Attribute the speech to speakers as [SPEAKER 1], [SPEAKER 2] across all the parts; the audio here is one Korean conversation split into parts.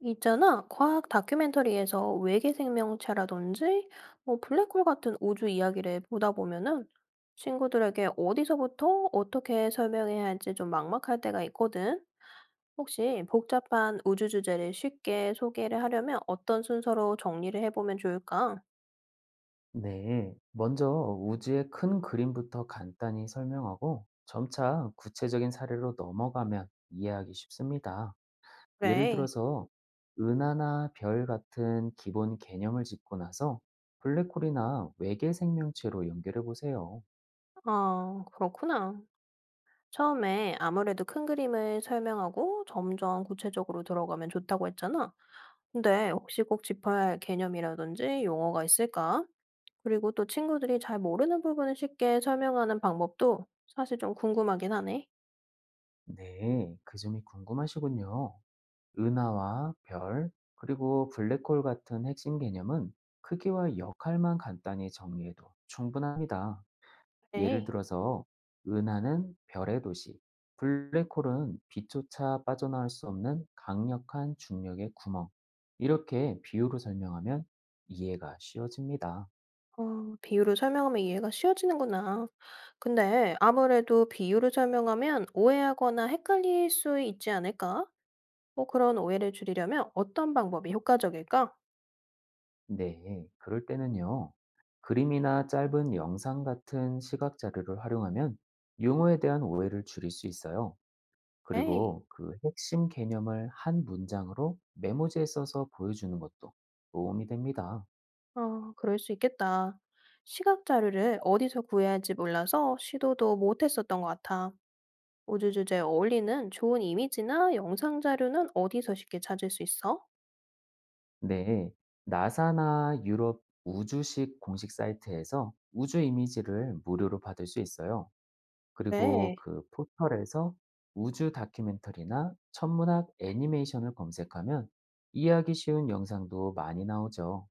[SPEAKER 1] 있잖아, 과학 다큐멘터리에서 외계 생명체라든지 블랙홀 같은 우주 이야기를 보다 보면은 친구들에게 어디서부터 어떻게 설명해야 할지 좀 막막할 때가 있거든. 혹시 복잡한 우주 주제를 쉽게 소개를 하려면 어떤 순서로 정리를 해보면 좋을까?
[SPEAKER 2] 네, 먼저 우주의 큰 그림부터 간단히 설명하고 점차 구체적인 사례로 넘어가면 이해하기 쉽습니다. 예를
[SPEAKER 1] 그래.
[SPEAKER 2] 들어서 은하나 별 같은 기본 개념을 짚고 나서 블랙홀이나 외계 생명체로 연결해 보세요.
[SPEAKER 1] 아, 그렇구나. 처음에 아무래도 큰 그림을 설명하고 점점 구체적으로 들어가면 좋다고 했잖아. 근데 혹시 꼭 짚어야 할 개념이라든지 용어가 있을까? 그리고 또 친구들이 잘 모르는 부분을 쉽게 설명하는 방법도 사실 좀 궁금하긴 하네.
[SPEAKER 2] 네, 그 점이 궁금하시군요. 은하와 별, 그리고 블랙홀 같은 핵심 개념은 크기와 역할만 간단히 정리해도 충분합니다.
[SPEAKER 1] 네.
[SPEAKER 2] 예를 들어서 은하는 별의 도시, 블랙홀은 빛조차 빠져나올 수 없는 강력한 중력의 구멍. 이렇게 비유로 설명하면 이해가 쉬워집니다.
[SPEAKER 1] 어, 비유를 설명하면 이해가 쉬워지는구나. 근데 아무래도 비유를 설명하면 오해하거나 헷갈릴 수 있지 않을까? 그런 오해를 줄이려면 어떤 방법이 효과적일까?
[SPEAKER 2] 네, 그럴 때는요. 그림이나 짧은 영상 같은 시각 자료를 활용하면 용어에 대한 오해를 줄일 수 있어요.
[SPEAKER 1] 에이.
[SPEAKER 2] 그리고 그 핵심 개념을 한 문장으로 메모지에 써서 보여주는 것도 도움이 됩니다.
[SPEAKER 1] 아, 그럴 수 있겠다. 시각 자료를 어디서 구해야 할지 몰라서 시도도 못 했었던 것 같아. 우주 주제에 어울리는 좋은 이미지나 영상 자료는 어디서 쉽게 찾을 수 있어?
[SPEAKER 2] 네, 나사나 유럽 우주식 공식 사이트에서 우주 이미지를 무료로 받을 수 있어요. 그리고
[SPEAKER 1] 네.
[SPEAKER 2] 그 포털에서 우주 다큐멘터리나 천문학 애니메이션을 검색하면 이해하기 쉬운 영상도 많이 나오죠.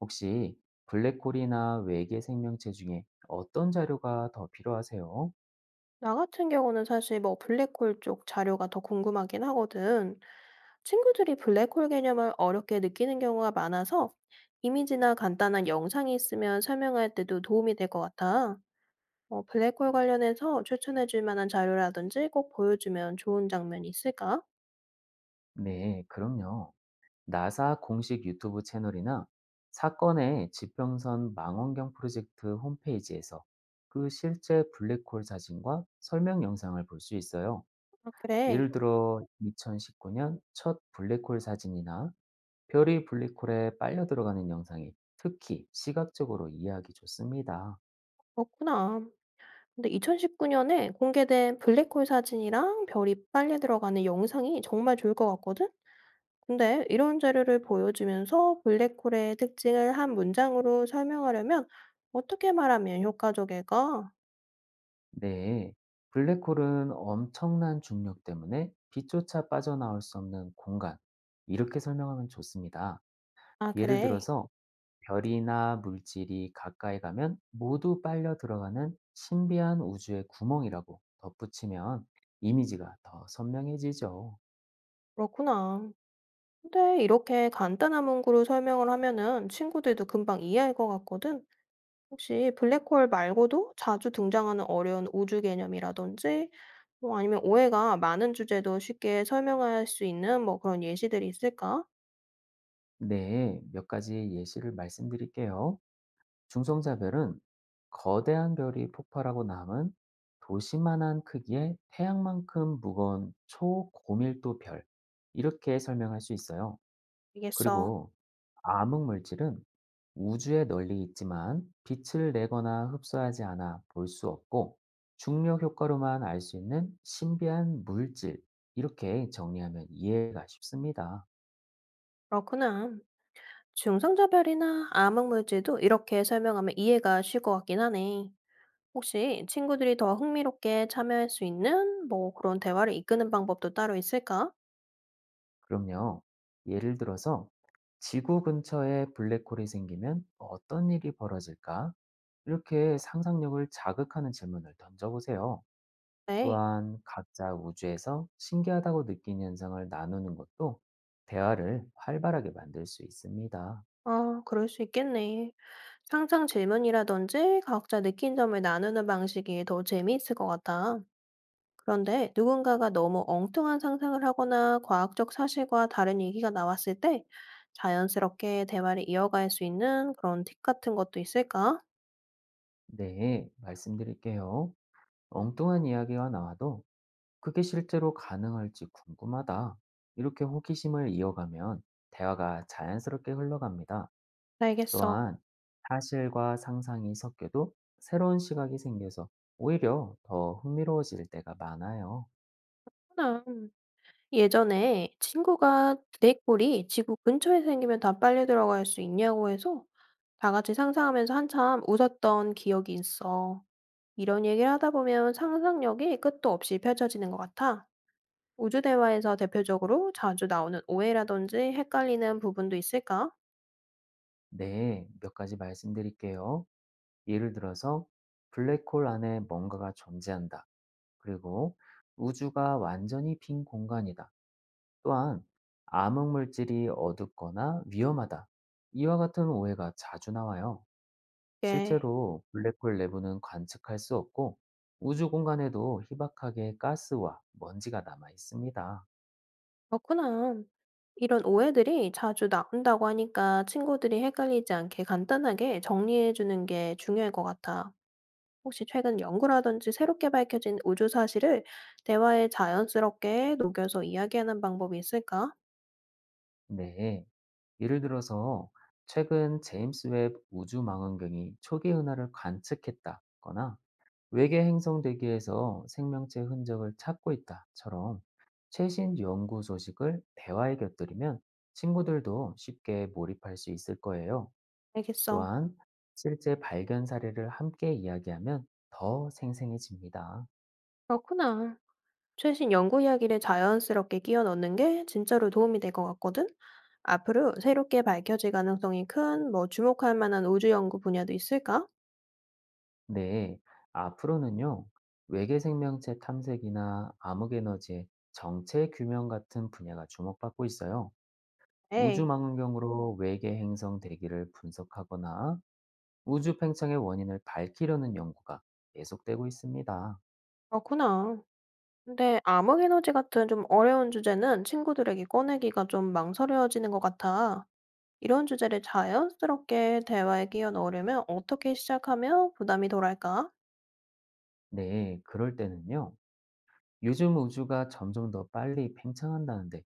[SPEAKER 2] 혹시 블랙홀이나 외계 생명체 중에 어떤 자료가 더 필요하세요?
[SPEAKER 1] 나 같은 경우는 사실 블랙홀 쪽 자료가 더 궁금하긴 하거든. 친구들이 블랙홀 개념을 어렵게 느끼는 경우가 많아서 이미지나 간단한 영상이 있으면 설명할 때도 도움이 될 것 같아. 어, 블랙홀 관련해서 추천해 줄 만한 자료라든지 꼭 보여주면 좋은 장면이 있을까?
[SPEAKER 2] 네, 그럼요. 나사 공식 유튜브 채널이나 사건의 지평선 망원경 프로젝트 홈페이지에서 그 실제 블랙홀 사진과 설명 영상을 볼 수 있어요.
[SPEAKER 1] 아, 그래,
[SPEAKER 2] 예를 들어 2019년 첫 블랙홀 사진이나 별이 블랙홀에 빨려 들어가는 영상이 특히 시각적으로 이해하기 좋습니다.
[SPEAKER 1] 그렇구나. 근데 2019년에 공개된 블랙홀 사진이랑 별이 빨려 들어가는 영상이 정말 좋을 것 같거든? 근데 이런 자료를 보여주면서 블랙홀의 특징을 한 문장으로 설명하려면 어떻게 말하면 효과적일까?
[SPEAKER 2] 네. 블랙홀은 엄청난 중력 때문에 빛조차 빠져나올 수 없는 공간. 이렇게 설명하면 좋습니다.
[SPEAKER 1] 아,
[SPEAKER 2] 예를
[SPEAKER 1] 그래,
[SPEAKER 2] 들어서 별이나 물질이 가까이 가면 모두 빨려 들어가는 신비한 우주의 구멍이라고 덧붙이면 이미지가 더 선명해지죠.
[SPEAKER 1] 그렇구나. 근데 이렇게 간단한 문구로 설명을 하면은 친구들도 금방 이해할 것 같거든? 혹시 블랙홀 말고도 자주 등장하는 어려운 우주 개념이라든지 뭐 아니면 오해가 많은 주제도 쉽게 설명할 수 있는 그런 예시들이 있을까?
[SPEAKER 2] 네, 몇 가지 예시를 말씀드릴게요. 중성자별은 거대한 별이 폭발하고 남은 도시만한 크기의 태양만큼 무거운 초고밀도 별, 이렇게 설명할 수 있어요.
[SPEAKER 1] 알겠어.
[SPEAKER 2] 그리고 암흑 물질은 우주에 널리 있지만 빛을 내거나 흡수하지 않아 볼 수 없고 중력 효과로만 알 수 있는 신비한 물질. 이렇게 정리하면 이해가 쉽습니다.
[SPEAKER 1] 그렇구나. 중성자별이나 암흑물질도 이렇게 설명하면 이해가 쉴 것 같긴 하네. 혹시 친구들이 더 흥미롭게 참여할 수 있는 그런 대화를 이끄는 방법도 따로 있을까?
[SPEAKER 2] 그럼요. 예를 들어서 지구 근처에 블랙홀이 생기면 어떤 일이 벌어질까? 이렇게 상상력을 자극하는 질문을 던져보세요.
[SPEAKER 1] 네.
[SPEAKER 2] 또한 각자 우주에서 신기하다고 느낀 현상을 나누는 것도 대화를 활발하게 만들 수 있습니다.
[SPEAKER 1] 아, 그럴 수 있겠네. 상상 질문이라든지 각자 느낀 점을 나누는 방식이 더 재미있을 것 같아. 그런데 누군가가 너무 엉뚱한 상상을 하거나 과학적 사실과 다른 얘기가 나왔을 때 자연스럽게 대화를 이어갈 수 있는 그런 팁 같은 것도 있을까?
[SPEAKER 2] 네, 말씀드릴게요. 엉뚱한 이야기가 나와도 그게 실제로 가능할지 궁금하다. 이렇게 호기심을 이어가면 대화가 자연스럽게 흘러갑니다.
[SPEAKER 1] 알겠어.
[SPEAKER 2] 또한 사실과 상상이 섞여도 새로운 시각이 생겨서 오히려 더 흥미로워질 때가 많아요.
[SPEAKER 1] 그렇구나. 예전에 친구가 블랙홀이 지구 근처에 생기면 다 빨리 들어갈 수 있냐고 해서 다 같이 상상하면서 한참 웃었던 기억이 있어. 이런 얘기를 하다 보면 상상력이 끝도 없이 펼쳐지는 것 같아. 우주 대화에서 대표적으로 자주 나오는 오해라든지 헷갈리는 부분도 있을까?
[SPEAKER 2] 네, 몇 가지 말씀드릴게요. 예를 들어서 "블랙홀 안에 뭔가가 존재한다." 그리고 "우주가 완전히 빈 공간이다." 또한 "암흑 물질이 어둡거나 위험하다." 이와 같은 오해가 자주 나와요.
[SPEAKER 1] 네,
[SPEAKER 2] 실제로 블랙홀 내부는 관측할 수 없고 우주 공간에도 희박하게 가스와 먼지가 남아 있습니다.
[SPEAKER 1] 그렇구나. 이런 오해들이 자주 나온다고 하니까 친구들이 헷갈리지 않게 간단하게 정리해 주는 게 중요할 것 같아. 혹시 최근 연구라든지 새롭게 밝혀진 우주 사실을 대화에 자연스럽게 녹여서 이야기하는 방법이 있을까?
[SPEAKER 2] 네. 예를 들어서 최근 제임스 웹 우주망원경이 초기 은하를 관측했다거나 외계 행성 대기에서 생명체 흔적을 찾고 있다처럼 최신 연구 소식을 대화에 곁들이면 친구들도 쉽게 몰입할 수 있을 거예요.
[SPEAKER 1] 알겠어.
[SPEAKER 2] 또한 실제 발견 사례를 함께 이야기하면 더 생생해집니다.
[SPEAKER 1] 그렇구나. 최신 연구 이야기를 자연스럽게 끼워 넣는 게 진짜로 도움이 될 것 같거든? 앞으로 새롭게 밝혀질 가능성이 큰, 주목할 만한 우주 연구 분야도 있을까?
[SPEAKER 2] 네, 앞으로는요, 외계 생명체 탐색이나 암흑 에너지의 정체 규명 같은 분야가 주목받고 있어요.
[SPEAKER 1] 에이,
[SPEAKER 2] 우주망원경으로 외계 행성 대기를 분석하거나 우주 팽창의 원인을 밝히려는 연구가 계속되고 있습니다.
[SPEAKER 1] 그렇구나. 근데 암흑에너지 같은 좀 어려운 주제는 친구들에게 꺼내기가 좀 망설여지는 것 같아. 이런 주제를 자연스럽게 대화에 끼워 넣으려면 어떻게 시작하면 부담이 덜할까?
[SPEAKER 2] 네, 그럴 때는요. 요즘 우주가 점점 더 빨리 팽창한다는데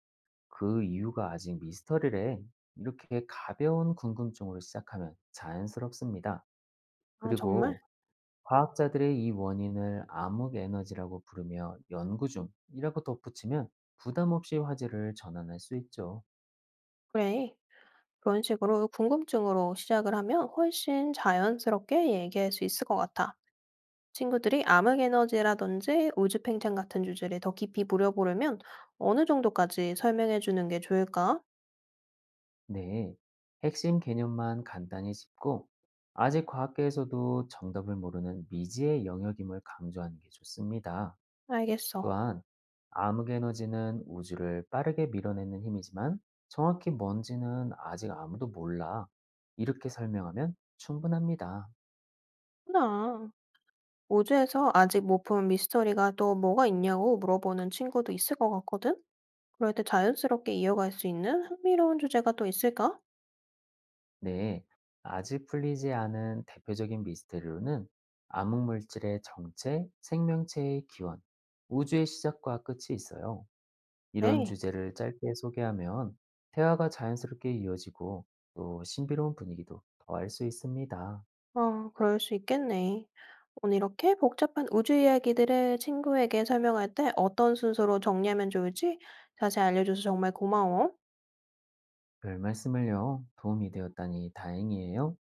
[SPEAKER 2] 그 이유가 아직 미스터리래. 이렇게 가벼운 궁금증으로 시작하면 자연스럽습니다.
[SPEAKER 1] 아, 정말?
[SPEAKER 2] 그리고 과학자들의 이 원인을 암흑 에너지라고 부르며 연구 중이라고 덧붙이면 부담 없이 화제를 전환할 수 있죠.
[SPEAKER 1] 그래. 그런 식으로 궁금증으로 시작을 하면 훨씬 자연스럽게 얘기할 수 있을 것 같아. 친구들이 암흑에너지라든지 우주팽창 같은 주제를 더 깊이 물어보려면 어느 정도까지 설명해 주는 게 좋을까?
[SPEAKER 2] 네, 핵심 개념만 간단히 짚고, 아직 과학계에서도 정답을 모르는 미지의 영역임을 강조하는 게 좋습니다.
[SPEAKER 1] 알겠어.
[SPEAKER 2] 또한, 암흑 에너지는 우주를 빠르게 밀어내는 힘이지만, 정확히 뭔지는 아직 아무도 몰라. 이렇게 설명하면 충분합니다.
[SPEAKER 1] 그렇구나. 우주에서 아직 못 푼 미스터리가 또 뭐가 있냐고 물어보는 친구도 있을 것 같거든? 그럴 때 자연스럽게 이어갈 수 있는 흥미로운 주제가 또 있을까?
[SPEAKER 2] 네, 아직 풀리지 않은 대표적인 미스테리로는 암흑 물질의 정체, 생명체의 기원, 우주의 시작과 끝이 있어요. 이런
[SPEAKER 1] 네.
[SPEAKER 2] 주제를 짧게 소개하면 대화가 자연스럽게 이어지고 또 신비로운 분위기도 더할 수 있습니다.
[SPEAKER 1] 어, 그럴 수 있겠네. 오늘 이렇게 복잡한 우주 이야기들을 친구에게 설명할 때 어떤 순서로 정리하면 좋을지 자세히 알려줘서 정말 고마워.
[SPEAKER 2] 별 말씀을요. 도움이 되었다니 다행이에요.